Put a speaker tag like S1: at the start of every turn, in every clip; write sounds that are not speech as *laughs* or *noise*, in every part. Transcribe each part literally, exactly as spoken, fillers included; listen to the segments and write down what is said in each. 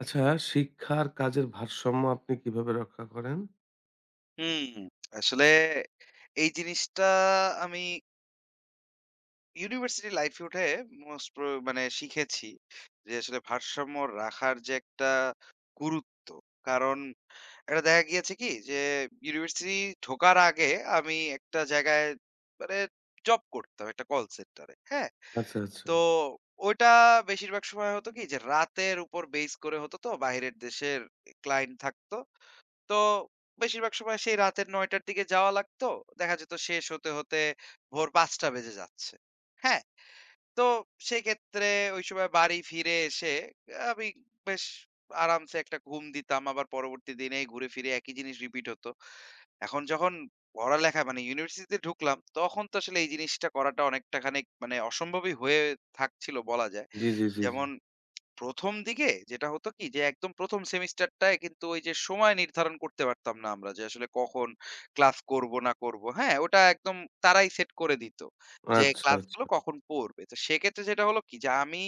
S1: আচ্ছা, শিক্ষা আর কাজের ভারসাম্য আপনি কিভাবে রক্ষা করেন?
S2: হুম, আসলে এই জিনিসটা আমি ইউনিভার্সিটি লাইফে উঠে মোস্ট প্রো মানে শিখেছি। যে আসলে ভারসাম্য রাখার যে একটা গুরুত্ব। কারণ এটা দেখা গিয়েছে কি যে ইউনিভার্সিটি ঢোকার আগে আমি একটা জায়গায় মানে জব করতাম একটা কল সেন্টারে। হ্যাঁ?
S1: আচ্ছা, আচ্ছা।
S2: তো ওইটা বেশিরভাগ সময় হতো কি যে রাতের উপর বেস করে হতো তো বাইরের দেশের ক্লায়েন্ট থাকতো। তো বেশিরভাগ সময় সেই রাতের নয়টার দিকে যাওয়া লাগতো। দেখা যেত শেষ হতে, হতে ভোর পাঁচটা বেজে যাচ্ছে। হ্যাঁ? তো সেক্ষেত্রে ওই সময় বাড়ি ফিরে এসে আমি বেশ আরামসে একটা ঘুম দিতাম। আবার পরবর্তী দিনে ঘুরে ফিরে একই জিনিস রিপিট হতো। এখন যখন পড়ালেখা মানে ইউনিভার্সিটিতে ঢুকলাম, তখন তো আসলে এই জিনিসটা করাটা অনেকটা খানিক মানে অসম্ভবই হয়ে থাকছিল বলা যায়।
S1: জি, জি, জি, জি।
S2: যেমন ১ম দিকে যেটা হতো কি যে একদম ১ম সেমিস্টারটায় কিন্তু ওই যে সময় নির্ধারণ করতে পারতাম না আমরা যে আসলে কখন ক্লাস করব না করব। হ্যাঁ? ওটা একদম তারাই সেট করে দিত। যে
S1: আচ্ছা,
S2: ক্লাসগুলো
S1: আচ্ছা।
S2: কখন পড়বে। তো সেক্ষেত্রে যেটা হলো কি যে আমি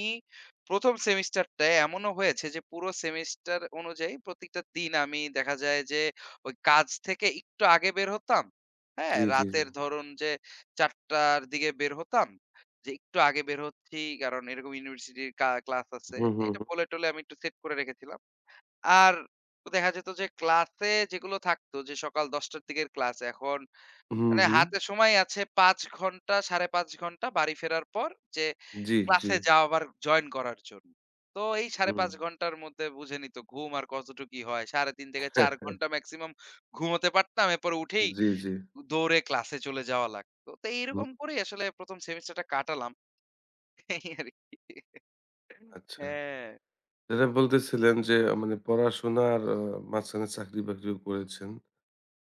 S2: ১ম সেমিস্টারটায় এমনও হয়েছে যে পুরো সেমিস্টার অনুযায়ী প্রত্যেকটা দিন আমি দেখা যায় যে ওই কাজ থেকে একটু আগে বের হতাম। হ্যাঁ?
S1: জি, জি, জি।
S2: রাতের ধরুন যে চারটার টার দিকে বের হতাম। যে একটু আগে বের হচ্ছি কারণ এরকম ইউনিভার্সিটির কা ক্লাস আছে।
S1: হুম, হুম, হুম।
S2: এটা বলে টলে আমি একটু সেট করে রেখেছিলাম। আর দেখা যেত যে ক্লাসে যেগুলো থাকতো যে সকাল ১০ঃ০০ র দিকের ক্লাস এখন
S1: হুম,
S2: মানে
S1: হুম।
S2: হাতে সময় আছে পাঁচ ঘন্টা সাড়ে পাঁচ ঘন্টা বাড়ি ফেরার পর যে
S1: জি, জি।
S2: ক্লাসে যাওয়া আবার জয়েন করার জন্য। তো এই
S1: হুম।
S2: সাড়ে পাঁচ ঘন্টার মধ্যে বুঝে নিত ঘুম আর কতটুকু কি হয়। সাড়ে তিন থেকে
S1: হ্যাঁ,
S2: চার ঘন্টা মেক্সিমাম ঘুমোতে পারতাম। এরপর উঠেই
S1: জি, জি।
S2: দৌড়ে ক্লাসে চলে যাওয়া লাগতো। তো
S1: হুম,
S2: এইরকম করেই আসলে ১ম সেমিস্টারটা কাটালাম। এই আরকি।
S1: আচ্ছা।
S2: হ্যাঁ,
S1: যেটা বলতেছিলেন যে আ মানে পড়াশোনার আ মাঝখানে চাকরি-বাকরিও করেছেন।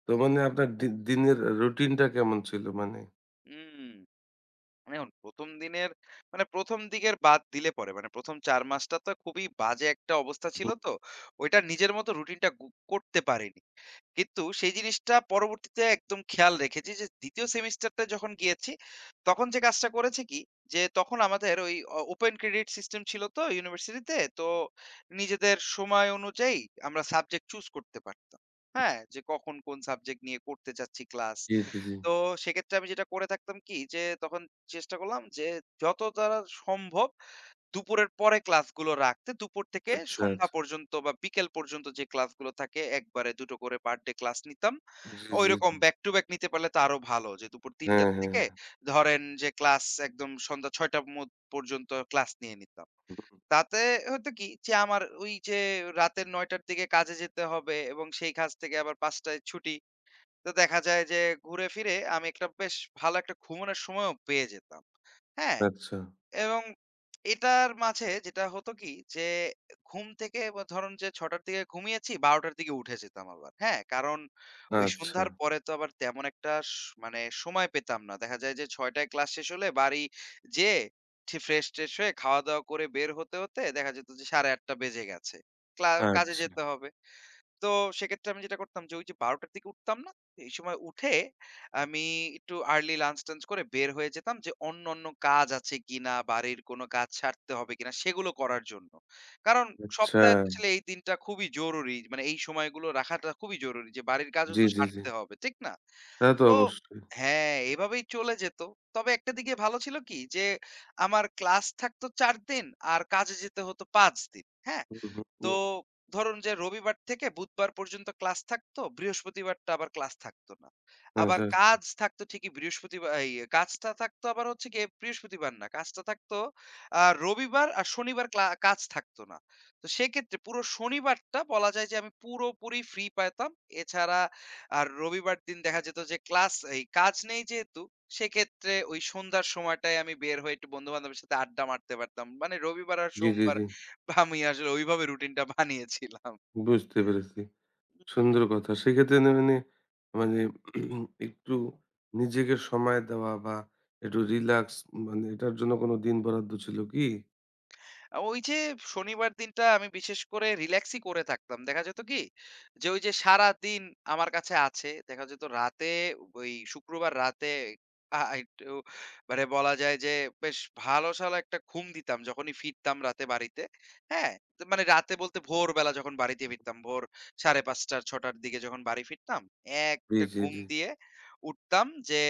S1: তো মানে আপনার দি দিনের রুটিনটা কেমন ছিল মানে?
S2: হুম। মানে এখন ১ম দিনের মানে ১ম দিকের বাদ দিলে পরে মানে ১ম চার মাসটা তো খুবই বাজে একটা অবস্থা ছিল
S1: হুম।
S2: তো। ওইটা নিজের মতো রুটিনটা গু করতে পারিনি। কিন্তু সেই জিনিসটা পরবর্তীতে একদম খেয়াল রেখেছি যে দ্বিতীয় সেমিস্টারটা যখন গিয়েছি, তখন যে কাজটা করেছি কি, যে তখন আমাদের ওই অ ওপেন ক্রেডিট সিস্টেম ছিল তো ইউনিভার্সিটিতে। তো নিজেদের সময় অনুযায়ী আমরা সাবজেক্ট চুজ করতে পারতাম। হ্যাঁ? যে কখন কোন সাবজেক্ট নিয়ে করতে চাচ্ছি ক্লাস।
S1: জি, জি, জি।
S2: তো সেক্ষেত্রে আমি যেটা করে থাকতাম কি যে তখন চেষ্টা করলাম যে যত তাড়া সম্ভব দুপুরের পরে ক্লাসগুলো রাখতে দুপুর থেকে
S1: আচ্ছা,
S2: সন্ধ্যা
S1: আচ্ছা।
S2: পর্যন্ত বা বিকেল পর্যন্ত যে ক্লাসগুলো থাকে একবারে দুটো টো করে পার ডে ক্লাস নিতাম।
S1: জি, জি,
S2: ঐরকম
S1: জি।
S2: ব্যাক টু ব্যাক নিতে পারলে তো আরো ভালো যে দুপুর তিনটা
S1: হ্যাঁ, হ্যাঁ।
S2: থেকে ধরেন যে ক্লাস একদম সন্ধ্যা ছয়টা মদ পর্যন্ত ক্লাস নিয়ে নিতাম।
S1: হুম।
S2: তাতে হতো কি যে আমার ওই যে রাতের নয়টার দিকে কাজে যেতে হবে এবং সেই কাজ থেকে আবার পাঁচটায় ছুটি। তো দেখা যায় যে ঘুরে ফিরে আমি একটা বেশ ভালো একটা ঘুমানোর সময়ও পেয়ে যেতাম। হ্যাঁ?
S1: আচ্ছা,
S2: এবং এটার মাঝে যেটা হতো কি যে ঘুম থেকে বা ধরুন যে ৬ঃ০০ র দিকে ঘুমিয়েছি ১২ঃ০০ র দিকে উঠে যেতাম আবার। হ্যাঁ? কারণ ওই
S1: আচ্ছা,
S2: সন্ধ্যার পরে তো আবার তেমন একটা স মানে সময় পেতাম না। দেখা যায় যে ৬ঃ০০ য় ক্লাস শেষ হলে বাড়ি যেয়ে ঠে ফ্রেশ-ট্রেশ হয়ে খাওয়া-দাওয়া করে বের হতে, হতে দেখা যেত যে ৮ঃ৩০ বেজে গেছে। ক্লা কাজে
S1: আচ্ছা,
S2: যেতে হবে। তো সেক্ষেত্রে আমি যেটা করতাম যে ওই যে ১২ঃ০০ র দিকে উঠতাম না? এই সময় উঠে আমি একটু আর্লি লাঞ্চ টাঞ্চ করে বের হয়ে যেতাম যে অন্য, অন্য কাজ আছে কিনা, বাড়ির কোন কাজ সারতে হবে কিনা সেগুলো করার জন্য। কারণ
S1: আচ্ছা।
S2: সপ্তাহে তো আসলে এই দিনটা খুবই জরুরি। মানে এই সময়গুলো রাখাটা খুবই জরুরি যে বাড়ির কাজও
S1: জি,
S2: তো
S1: জি, জি।
S2: সারতে হবে, ঠিক না?
S1: তা তো
S2: তো
S1: অবশ্যই।
S2: হ্যাঁ, এভাবেই চলে যেত। তবে একটা দিকে ভালো ছিল কি যে আমার ক্লাস থাকতো চার দিন আর কাজে যেতে হতো পাঁচ দিন। হ্যাঁ?
S1: হুম, হুম,
S2: তো
S1: হুম।
S2: ধরুন যে রবিবার থেকে বুধবার পর্যন্ত ক্লাস থাকতো, বৃহস্পতিবারটা আবার ক্লাস থাকতো না। আবার
S1: আচ্ছা, আচ্ছা।
S2: কাজ থাকতো ঠিকই বৃহস্পতিবার এই কাজটা থাকতো আবার হচ্ছে গিয়ে বৃহস্পতিবার না। কাজটা থাকতো আ রবিবার আর শনিবার ক্লা কাজ থাকতো না। তো সেক্ষেত্রে পুরো শনিবারটা বলা যায় যে আমি পুরোপুরি ফ্রি পেতাম। এছাড়া আর রবিবার দিন দেখা যেত যে ক্লাস এই কাজ নেই যেহেতু, সেক্ষেত্রে ওই সন্ধ্যার সময়টায় আমি বের হয়ে একটু বন্ধু-বান্ধবের সাথে আড্ডা মারতে পারতাম। মানে রবিবার আর
S1: জি, জি,
S2: সোমবার
S1: জি।
S2: আমি আসলে ওইভাবে রুটিনটা বানিয়েছিলাম।
S1: বুঝতে পেরেছি।
S2: হুম।
S1: সুন্দর কথা। সেক্ষেত্রে না মানে, মানে *clears throat* একটু নিজেকে সময় দেওয়া বা একটু রিল্যাক্স মানে এটার জন্য কোনো দিন বরাদ্দ ছিল কি?
S2: আ ওই যে শনিবার দিনটা আমি বিশেষ করে রিল্যাক্সই করে থাকতাম। দেখা যেত কি? যে ওই যে সারাদিন আমার কাছে আছে। দেখা যেত রাতে ওই শুক্রবার রাতে আ একটু মানে বলা যায় যে বেশ ভালো-সালো একটা ঘুম দিতাম যখনই ফিরতাম রাতে বাড়িতে। হ্যাঁ? তো মানে রাতে বলতে ভোরবেলা যখন বাড়িতে ফিরতাম, ভোর সাড়ে পাঁচটা ছয়টা র দিকে যখন বাড়ি ফিরতাম,
S1: জি,
S2: একটা
S1: জি,
S2: ঘুম
S1: জি।
S2: দিয়ে উঠতাম যে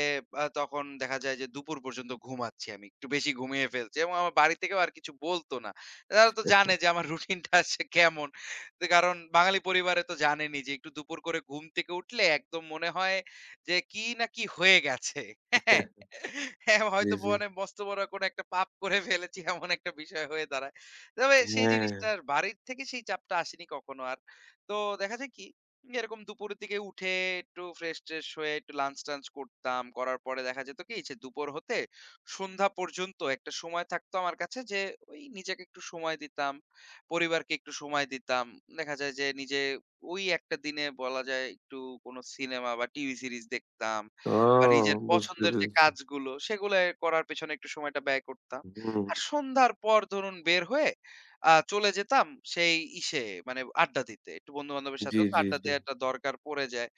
S2: আ তখন দেখা যায় যে দুপুর পর্যন্ত ঘুমাচ্ছি আমি। একটু বেশি ঘুমিয়ে ফেলছি এবং আমার বাড়ি থেকেও আর কিছু বলত না। তারা তো জানে যে আমার রুটিনটা আছে কেমন। তো কারণ বাঙালি পরিবারে তো জানেনই যে একটু দুপুর করে ঘুম থেকে উঠলে একদম মনে হয় যে কি না কি হয়ে গেছে। হ্যাঁ, হ্যাঁ,
S1: জি,
S2: হয়তো
S1: জি।
S2: মানে মস্ত বড় কোনো একটা পাপ করে ফেলেছি এমন একটা বিষয় হয়ে দাঁড়ায়। তবে সেই
S1: হ্যাঁ।
S2: জিনিসটার বাড়ির থেকে সেই চাপটা আসেনি কখনো আর। তো দেখা যায় কি এরকম দুপুরের দিকে উঠে একটু ফ্রেশ-ট্রেশ হয়ে একটু লাঞ্চ-টাঞ্চ করতাম। করার পরে দেখা যেত কি যে দুপুর হতে সন্ধ্যা পর্যন্ত একটা সময় থাকতো আমার কাছে যে ওই নিজেকে একটু সময় দিতাম। পরিবারকে একটু সময় দিতাম। দেখা যায় যে নিজে ওই একটা দিনে বলা যায় একটু কোন সিনেমা বা টিভি সিরিজ দেখতাম
S1: ও,
S2: বা নিজের
S1: বুঝতে
S2: পছন্দের যে
S1: পেরেছি।
S2: কাজগুলো সেগুলো করার পেছনে একটু সময়টা ব্যয় করতাম।
S1: হুম।
S2: আর সন্ধ্যার পর ধরুন বের হয়ে আ চলে যেতাম সেই ইসে মানে আড্ডা দিতে। একটু বন্ধু-বান্ধবের
S1: জি,
S2: সাথেও তো
S1: জি,
S2: আড্ডা
S1: জি।
S2: দেওয়াটা দরকার পড়ে যায়।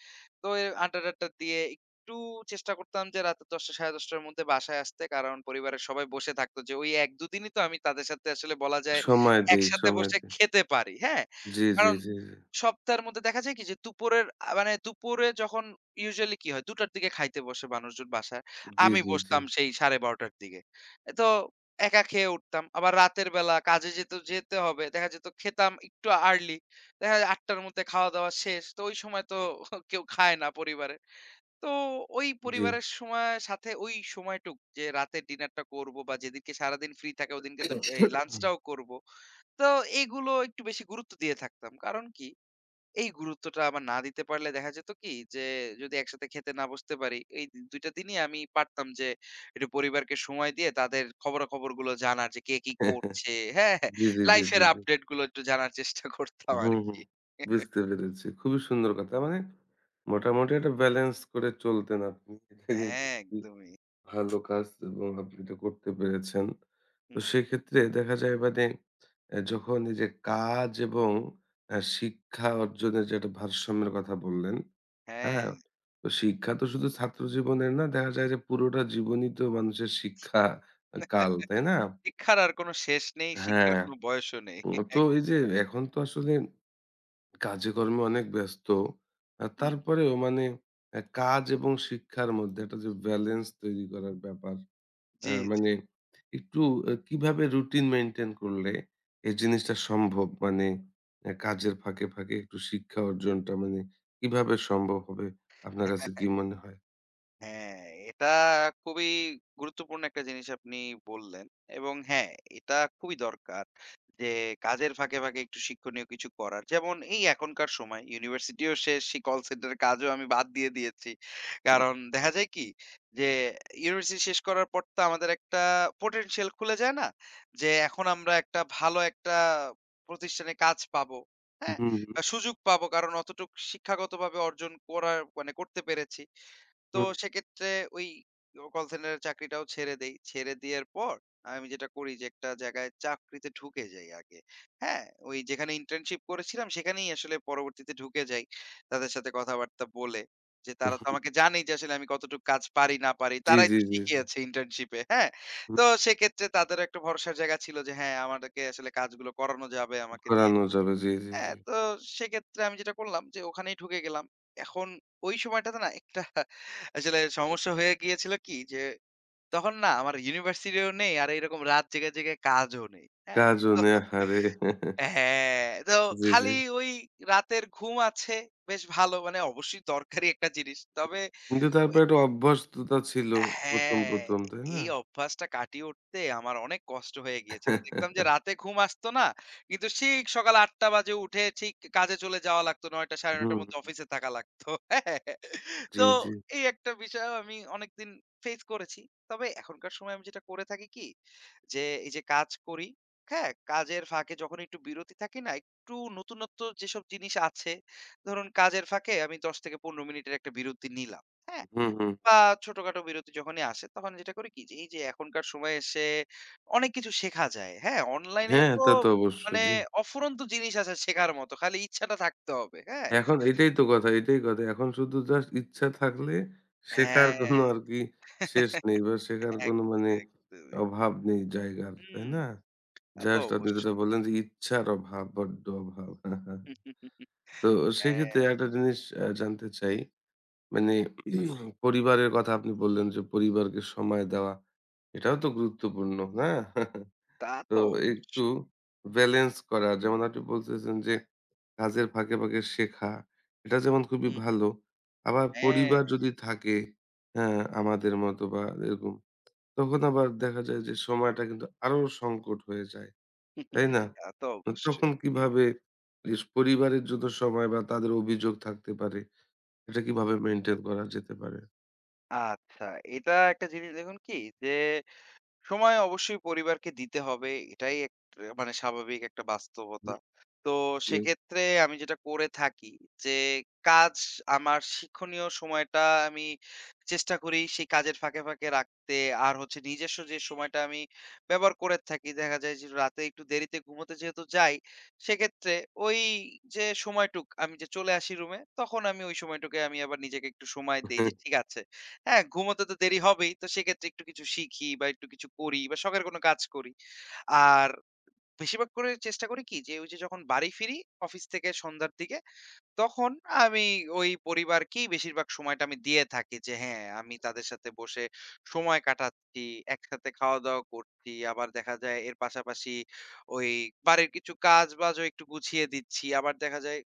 S2: তো এ আড্ডা-টাড্ডা দিয়ে একটু চেষ্টা করতাম যে রাত দশটা সাড়ে দশটা র মধ্যে বাসায় আসতে। কারণ পরিবারের সবাই বসে থাকতো যে ওই এক দুই দিনই তো আমি তাদের সাথে আসলে বলা যায়
S1: সময় দেই,
S2: একসাথে
S1: সময়
S2: বসে
S1: দেই।
S2: খেতে পারি। হ্যাঁ?
S1: জি, জি,
S2: কারণ
S1: জি, জি।
S2: সপ্তাহের মধ্যে দেখা যায় কি যে দুপুরের আ মানে দুপুরে যখন ইউজুয়ালি কি হয় দুটার দিকে খাইতে বসে মানুষজন বাসায়।
S1: জি,
S2: আমি
S1: জি, জি।
S2: বসতাম সেই সাড়ে বারোটা র দিকে। এ তো একা খেয়ে উঠতাম। আবার রাতের বেলা কাজে যেতে, যেতে হবে। দেখা যেত খেতাম একটু আর্লি। দেখা যায় আটটার মধ্যে খাওয়া-দাওয়া শেষ। তো ওই সময় তো *laughs* কেউ খায় না পরিবারে। তো ওই
S1: জি।
S2: পরিবারের সময় সাথে ওই সময়টুক যে রাতের ডিনারটা করব বা যেদিনকে সারাদিন ফ্রি থাকে ওদিনকে তো এই
S1: *clears throat*
S2: লাঞ্চটাও করব তো এগুলো একটু বেশি গুরুত্ব দিয়ে থাকতাম কারণ কি এই গুরুত্বটা আবার না দিতে পারলে দেখা যেত কি যে যদি একসাথে খেতে না বসতে পারি এই দু- দুইটা দিনই আমি পারতাম যে একটু পরিবারকে সময় দিয়ে তাদের খবরাখবর গুলো জানার যে কে কি করছে হ্যাঁ
S1: জি, জি, জি,
S2: লাইফের
S1: জি। জি।
S2: আপডেট গুলো একটু জানার চেষ্টা করতাম আর
S1: হুম, হুম।
S2: কি
S1: বুঝতে পেরেছি। খুবই সুন্দর কথা। মানে মোটামুটি একটা ব্যালেন্স করে চলতেন আপনি। এটা কিন্তু
S2: হ্যাঁ
S1: খুবই
S2: একদমই
S1: ভালো কাজ এবং আপনি এটা করতে পেরেছেন। তো
S2: হুম,
S1: সেক্ষেত্রে দেখা যায় মানে অ্যা যখন এই যে কাজ এবং অ্যা শিক্ষা অর্জনের যে একটা ভারসাম্যের কথা বললেন,
S2: হ্যাঁ
S1: হ্যাঁ? তো শিক্ষা তো শুধু ছাত্র জীবনের না, দেখা যায় যে পুরোটা জীবনই তো মানুষের শিক্ষা আ কাল, তাই না?
S2: শিক্ষার আর কোনো শেষ নেই, শিক্ষার
S1: হ্যাঁ।
S2: কোনো বয়সও নেই। *laughs*
S1: তো
S2: এক
S1: এই যে এখন তো আসলে কাজে-কর্মে অনেক ব্যস্ত। আ
S2: হুম,
S1: তারপরেও মানে অ্যা কাজ এবং শিক্ষার মধ্যে একটা যে ব্যালেন্স তৈরি করার ব্যাপার,
S2: জি,
S1: অ্যা মানে একটু অ্যা কিভাবে রুটিন মেইনটেইন করলে এই জিনিসটা সম্ভব? মানে অ্যা কাজের ফাঁকে, ফাঁকে একটু শিক্ষা অর্জনটা মানে কিভাবে সম্ভব হবে? আপনার
S2: জি।
S1: কাছে কি মনে হয়?
S2: হ্যাঁ, এটা খুবই গুরুত্বপূর্ণ একটা জিনিস আপনি বললেন। এবং হ্যাঁ, এটা খুবই দরকার যে কাজের ফাঁকে, ফাঁকে একটু শিক্ষণীয় কিছু করার। যেমন এই এখনকার সময় ইউনিভার্সিটিও শেষ, সেই কল সেন্টারের কাজও আমি বাদ দিয়ে দিয়েছি। কারণ দেখা যায় কি যে ইউনিভার্সিটি শেষ করার পর তো আমাদের একটা পোটেনশিয়াল খুলে যায় না? যে এখন আমরা একটা ভালো একটা প্রতিষ্ঠানে কাজ পাবো।
S1: হুম,
S2: হ্যাঁ?
S1: হুম,
S2: আ সুযোগ পাবো কারণ অতটুক শিক্ষাগতভাবে অর্জন করার মানে করতে পেরেছি। তো
S1: হুম,
S2: সেক্ষেত্রে ওই কল সেন্টারের চাকরিটাও ছেড়ে দেই। ছেড়ে দেয়ার পর আমি যেটা করি যে একটা জায়গায় চাকরিতে ঢুকে যাই আগে। হ্যাঁ? ওই যেখানে ইন্টার্নশিপ করেছিলাম সেখানেই আসলে পরবর্তীতে ঢুকে যাই। তাদের সাথে কথাবার্তা বলে। যে তারা তো
S1: হুম।
S2: আমাকে জানেই যে আসলে আমি কতটুকু কাজ পারি না পারি।
S1: জি,
S2: তারাই
S1: জি,
S2: তো
S1: জি, জি।
S2: শিখিয়েছে ইন্টার্নশিপে। হ্যাঁ?
S1: হুম,
S2: তো সেক্ষেত্রে তাদেরও একটা ভরসার জায়গা ছিল যে হ্যাঁ, আমাদেরকে আসলে কাজগুলো করানো যাবে আমাকে দিয়ে।
S1: করানো যাবে। জি, জি,
S2: হ্যাঁ,
S1: জি।
S2: তো সেক্ষেত্রে আমি যেটা করলাম যে ওখানেই ঢুকে গেলাম। এখন ওই সময়টাতে না একটা আসলে সমস্যা হয়ে গিয়েছিল কি যে তখন না আমার ইউনিভার্সিটিও নেই আর এরকম রাত জেগে, জেগে কাজও নেই। হ্যাঁ?
S1: কাজও
S2: তো
S1: নেই, আহারে!
S2: হ্যাঁ, তো
S1: জি, জি।
S2: খালি ওই রাতের ঘুম আছে বেশ ভালো। মানে অবশ্যই দরকারি একটা জিনিস। তবে
S1: কিন্তু
S2: ওই
S1: তারপরে একটা অভ্যস্ততা ছিল ১ম,
S2: হ্যাঁ,
S1: ১ম, তাই না?
S2: এই অভ্যাসটা কাটিয়ে উঠতে আমার অনেক কষ্ট হয়ে গিয়েছিল। দেখতাম যে রাতে ঘুম আসতো না। কিন্তু ঠিক সকাল ৮ঃ০০ বাজে উঠে ঠিক কাজে চলে যাওয়া লাগতো। ৯ঃ০০ ৯ঃ৩০ র
S1: হুম,
S2: মধ্যে অফিসে থাকা লাগতো। *laughs* হ্যাঁ,
S1: জি,
S2: তো
S1: জি।
S2: এই একটা বিষয় আমি অনেকদিন ফেস করেছি। তবে এখনকার সময় আমি যেটা করে থাকি কি? যে এই যে কাজ করি, হ্যাঁ? কাজের ফাঁকে যখন একটু বিরতি থাকি না? একটু নতুনত্ব যেসব জিনিস আছে, ধরুন কাজের ফাঁকে আমি দশ থেকে পনেরো মিনিটের একটা বিরতি নিলাম। হ্যাঁ?
S1: হুম, হুম।
S2: বা ছোটখাটো বিরতি যখনই আসে তখন যেটা করি কি যে এই যে এখনকার সময়ে এসে অনেক কিছু শেখা যায়। হ্যাঁ? অনলাইনে
S1: হ্যাঁ,
S2: তো
S1: তা তো অবশ্যই,
S2: মানে
S1: জি।
S2: অফুরন্ত জিনিস আছে শেখার মতো। খালি ইচ্ছাটা থাকতে হবে। হ্যাঁ?
S1: এখন এটাই তো কথা, এটাই কথা। এখন শুধু জাস্ট ইচ্ছা থাকলে শেখার কোনো
S2: হ্যাঁ।
S1: আরকি শেষ নেই
S2: *laughs*
S1: বা শেখার কোনো মানে
S2: একদমই, একদমই।
S1: অভাব নেই জায়গার, তাই
S2: হুম,
S1: না?
S2: তা তো
S1: জাস্ট আপনি যেটা
S2: অবশ্যই।
S1: বললেন যে ইচ্ছার অভাব, বড্ড অভাব।
S2: *laughs*
S1: তো সেক্ষেত্রে
S2: হ্যাঁ,
S1: একটা জিনিস আ জানতে চাই মানে *clears throat* পরিবারের কথা আপনি বললেন যে, পরিবারকে সময় দেওয়া। এটাও তো গুরুত্বপূর্ণ, না? *laughs*
S2: তা
S1: তো
S2: তো
S1: একটু
S2: অবশ্যই।
S1: ব্যালেন্স করা। যেমন আপনি বলতেছেন যে, কাজের ফাঁকে, ফাঁকে শেখা। এটা যেমন খুবই
S2: হুম,
S1: ভালো। আবার
S2: হ্যাঁ।
S1: পরিবার যদি থাকে, হ্যাঁ, আমাদের মতো বা এরকম, তখন আবার দেখা যায় যে, সময়টা কিন্তু আরো সংকট হয়ে যায়। তাই
S2: *laughs*
S1: না?
S2: তা তো
S1: তো
S2: অবশ্যই।
S1: তখন
S2: জি।
S1: কিভাবে ইস পরিবারের জন্য সময় বা তাদের অভিযোগ থাকতে পারে, এটা কিভাবে মেইনটেইন করা যেতে পারে?
S2: আচ্ছা, এটা একটা জিনিস দেখুন কি যে সময় অবশ্যই পরিবারকে দিতে হবে। এটাই এক মানে স্বাভাবিক একটা বাস্তবতা।
S1: হুম,
S2: তো
S1: জি।
S2: সেক্ষেত্রে আমি যেটা করে থাকি যে, কাজ আমার শিক্ষণীয় সময়টা আমি চেষ্টা করি সেই কাজের ফাঁকে, ফাঁকে রাখতে। আর হচ্ছে নিজস্ব যে সময়টা আমি ব্যবহার করে থাকি, দেখা যায় যে রাতে একটু দেরিতে ঘুমোতে যেহেতু যাই, সেক্ষেত্রে ওই যে সময়টুক আমি যে চলে আসি রুমে, তখন আমি ওই সময়টুকে আমি আবার নিজেকে একটু সময় দেই যে, "ঠিক আছে।" হ্যাঁ, ঘুমোতে তো দেরি হবেই। তো সেক্ষেত্রে একটু কিছু শিখি বা একটু কিছু করি বা শখের কোনো কাজ করি। আর বেশিরভাগ করে চেষ্টা করি কি যে, ওই যে যখন বাড়ি ফিরি অফিস থেকে সন্ধ্যার দিকে, তখন আমি ওই পরিবারকেই বেশিরভাগ সময়টা আমি দিয়ে থাকি যে, হ্যাঁ, আমি তাদের সাথে বসে সময় কাটাচ্ছি, একসাথে খাওয়া-দাওয়া করছি। আবার দেখা যায় এর পাশাপাশি ওই বাড়ির কিছু কাজ-বাজও একটু গুছিয়ে দিচ্ছি। আবার দেখা যায়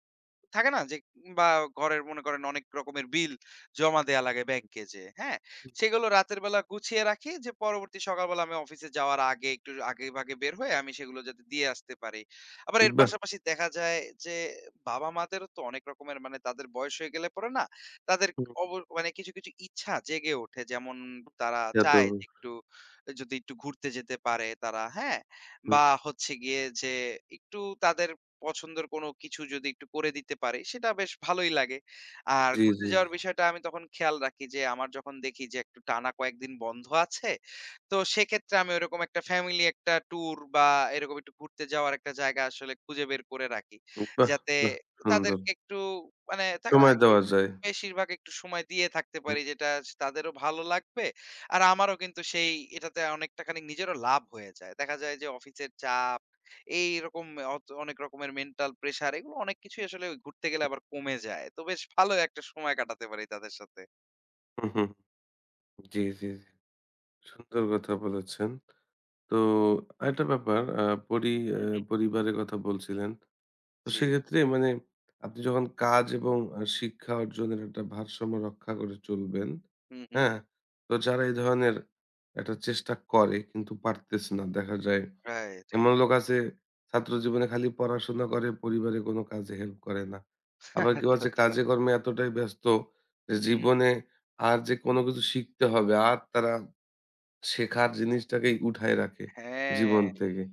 S2: থাকে না যে বা ঘরের মনে করেন অনেক রকমের বিল জমা দেয়া লাগে ব্যাংকে যে হ্যাঁ সেগুলো রাতের বেলা গুছিয়ে রাখি যে পরবর্তী সকালবেলা আমি অফিসে যাওয়ার আগে একটু আগে ভাগে বের হয়ে আমি সেগুলো যাতে দিয়ে আসতে পারি আবার এর
S1: বাহ!
S2: পাশাপাশি দেখা যায় যে বাবা মাদেরও তো অনেক রকমের মানে তাদের বয়স হয়ে গেলে পরে না তাদের
S1: হুম,
S2: অব- মানে কিছু কিছু ইচ্ছা জেগে ওঠে যেমন তারা
S1: তা তো
S2: চায় যে
S1: অবশ্যই।
S2: একটু যদি একটু ঘুরতে যেতে পারে তারা হ্যাঁ
S1: হুম,
S2: বা হচ্ছে গিয়ে যে একটু তাদের পছন্দের কোনো কিছু যদি একটু করে দিতে পারি, সেটা বেশ ভালোই লাগে। আর
S1: জি,
S2: ঘুরতে
S1: জি,
S2: যাওয়ার
S1: জি।
S2: বিষয়টা আমি তখন খেয়াল রাখি যে, আমার যখন দেখি যে একটু টানা কয়েকদিন বন্ধ আছে, তো সেক্ষেত্রে আমি ওইরকম একটা ফ্যামিলি একটা ট্যুর বা এরকম একটু ঘুরতে যাওয়ার একটা জায়গা আসলে খুঁজে বের করে রাখি।
S1: বাহ!
S2: যাতে
S1: বাহ! সুন্দর।
S2: তাদেরকে একটু মানে থাকে না?
S1: সময়
S2: একটু
S1: দেওয়া যায়।
S2: বেশিরভাগ একটু সময় দিয়ে থাকতে
S1: হুম,
S2: পারি, যেটা তাদেরও ভালো লাগবে। আর আমারও কিন্তু সেই এটাতে অনেকটা খানিক নিজেরও লাভ হয়ে যায়। দেখা যায় যে অফিসের চাপ এইরকম অত অনেক রকমের মেন্টাল প্রেশার এগুলো অনেক কিছুই আসলে ওই ঘুরতে গেলে আবার কমে যায়। তো বেশ ভালো একটা সময় কাটাতে পারি তাদের সাথে।
S1: হুম, হুম, জি, জি, জি। সুন্দর কথা বলেছেন। তো আরেকটা ব্যাপার আ পরি আ
S2: হুম, হুম।
S1: পরিবারের কথা বলছিলেন। তো
S2: জি।
S1: সেক্ষেত্রে মানে আপনি যখন কাজ এবং আ শিক্ষা অর্জনের একটা ভারসাম্য রক্ষা করে চলবেন,
S2: হুম, হুম।
S1: হ্যাঁ? তো যারা এই ধরনের একটা চেষ্টা করে কিন্তু পারতেছে না, দেখা যায়
S2: রাইট।
S1: এমন লোক আছে ছাত্র জীবনে খালি পড়াশোনা করে, পরিবারে কোনো কাজে হেল্প করে না। আবার
S2: *laughs*
S1: কেউ
S2: আচ্ছা,
S1: আছে
S2: আচ্ছা।
S1: কাজে কর্মে এতটাই ব্যস্ত যে
S2: হুম,
S1: জীবনে আর যে কোনো কিছু শিখতে হবে আর তারা শেখার জিনিসটাকেই উঠায় রাখে
S2: হ্যাঁ।
S1: জীবন থেকে।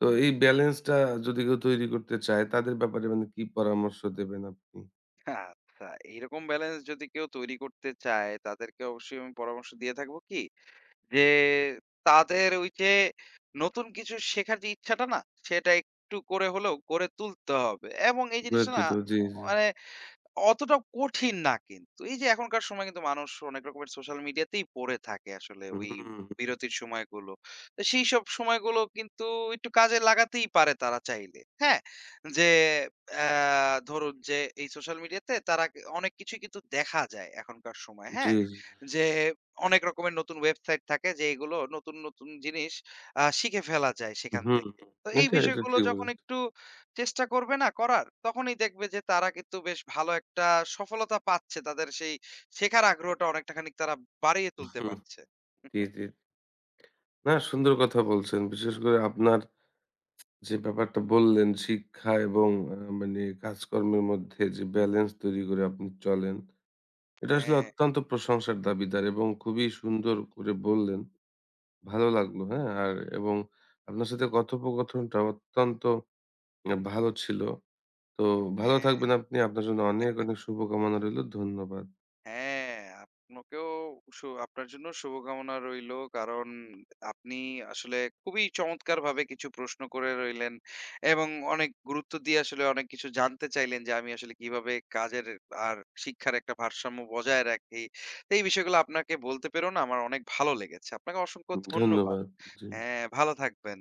S1: তো এই ব্যালেন্সটা যদি কেউ তৈরি করতে চায় তাদের ব্যাপারে মানে কি পরামর্শ দেবেন আপনি?
S2: আচ্ছা, এইরকম ব্যালেন্স যদি কেউ তৈরি করতে চায় তাদেরকে অবশ্যই আমি পরামর্শ দিয়ে থাকবো কি? যে তাদের ওই যে নতুন কিছু শেখার যে ইচ্ছাটা না সেটা একটু করে হলেও গড়ে তুলতে হবে এবং এই
S1: গড়ে
S2: জিনিসটা না
S1: তুলতে হবে। জি, জি।
S2: মানে অতটা কঠিন না কিন্তু। এই যে এখনকার সময় কিন্তু মানুষ অনেক রকমের সোশ্যাল মিডিয়াতেই পড়ে থাকে আসলে ওই
S1: হুম,
S2: বিরতির সময়গুলো। তো সেইসব সময়গুলো কিন্তু একটু কাজে লাগাতেই পারে তারা চাইলে। হ্যাঁ? যে অ্যা ধরুন যে এই সোশ্যাল মিডিয়াতে তারা কে অনেক কিছুই কিন্তু দেখা যায় এখনকার সময়।
S1: জি,
S2: হ্যাঁ?
S1: জি।
S2: যে অনেক রকমের নতুন ওয়েবসাইট থাকে যে এগুলো নতুন, নতুন জিনিস আ শিখে ফেলা যায় সেখান
S1: হুম,
S2: থেকে। তো এই
S1: এটা, এটা
S2: বিষয়গুলো
S1: ঠিক
S2: যখন
S1: বলেছেন।
S2: একটু চেষ্টা করবে না করার, তখনই দেখবে যে তারা কিন্তু বেশ ভালো একটা সফলতা পাচ্ছে। তাদের সেই শেখার আগ্রহটা অনেকটা খানিক তারা বাড়িয়ে তুলতে
S1: হুম,
S2: পারছে।
S1: জি, জি। না সুন্দর কথা বলছেন। বিশেষ করে আপনার যে ব্যাপারটা বললেন শিক্ষা এবং আ মানে কাজকর্মের মধ্যে যে ব্যালেন্স তৈরি করে আপনি চলেন, এটা আসলে
S2: হ্যাঁ,
S1: অত্যন্ত প্রশংসার দাবিদার এবং খুবই সুন্দর করে বললেন। ভালো লাগলো, হ্যাঁ? আর এবং আপনার সাথে কথোপকথনটা অত্যন্ত আ ভালো ছিল। তো ভালো থাকবেন
S2: হ্যাঁ।
S1: আপনি। আপনার জন্য অনেক, অনেক শুভকামনা রইলো। ধন্যবাদ।
S2: হ্যাঁ, আপনাকেও সু আপনার জন্য শুভকামনা রইলো। কারণ আপনি আসলে খুবই চমৎকারভাবে কিছু প্রশ্ন করে রইলেন এবং অনেক গুরুত্ব দিয়ে আসলে অনেক কিছু জানতে চাইলেন যে আমি আসলে কিভাবে কাজের আর শিক্ষার একটা ভারসাম্য বজায় রাখি। তো এই বিষয়গুলো আপনাকে বলতে পেরেও না আমার অনেক ভালো লেগেছে। আপনাকে অসংখ্য ধন্যবাদ।
S1: ধন্যবাদ। জি।
S2: হ্যাঁ, ভালো থাকবেন।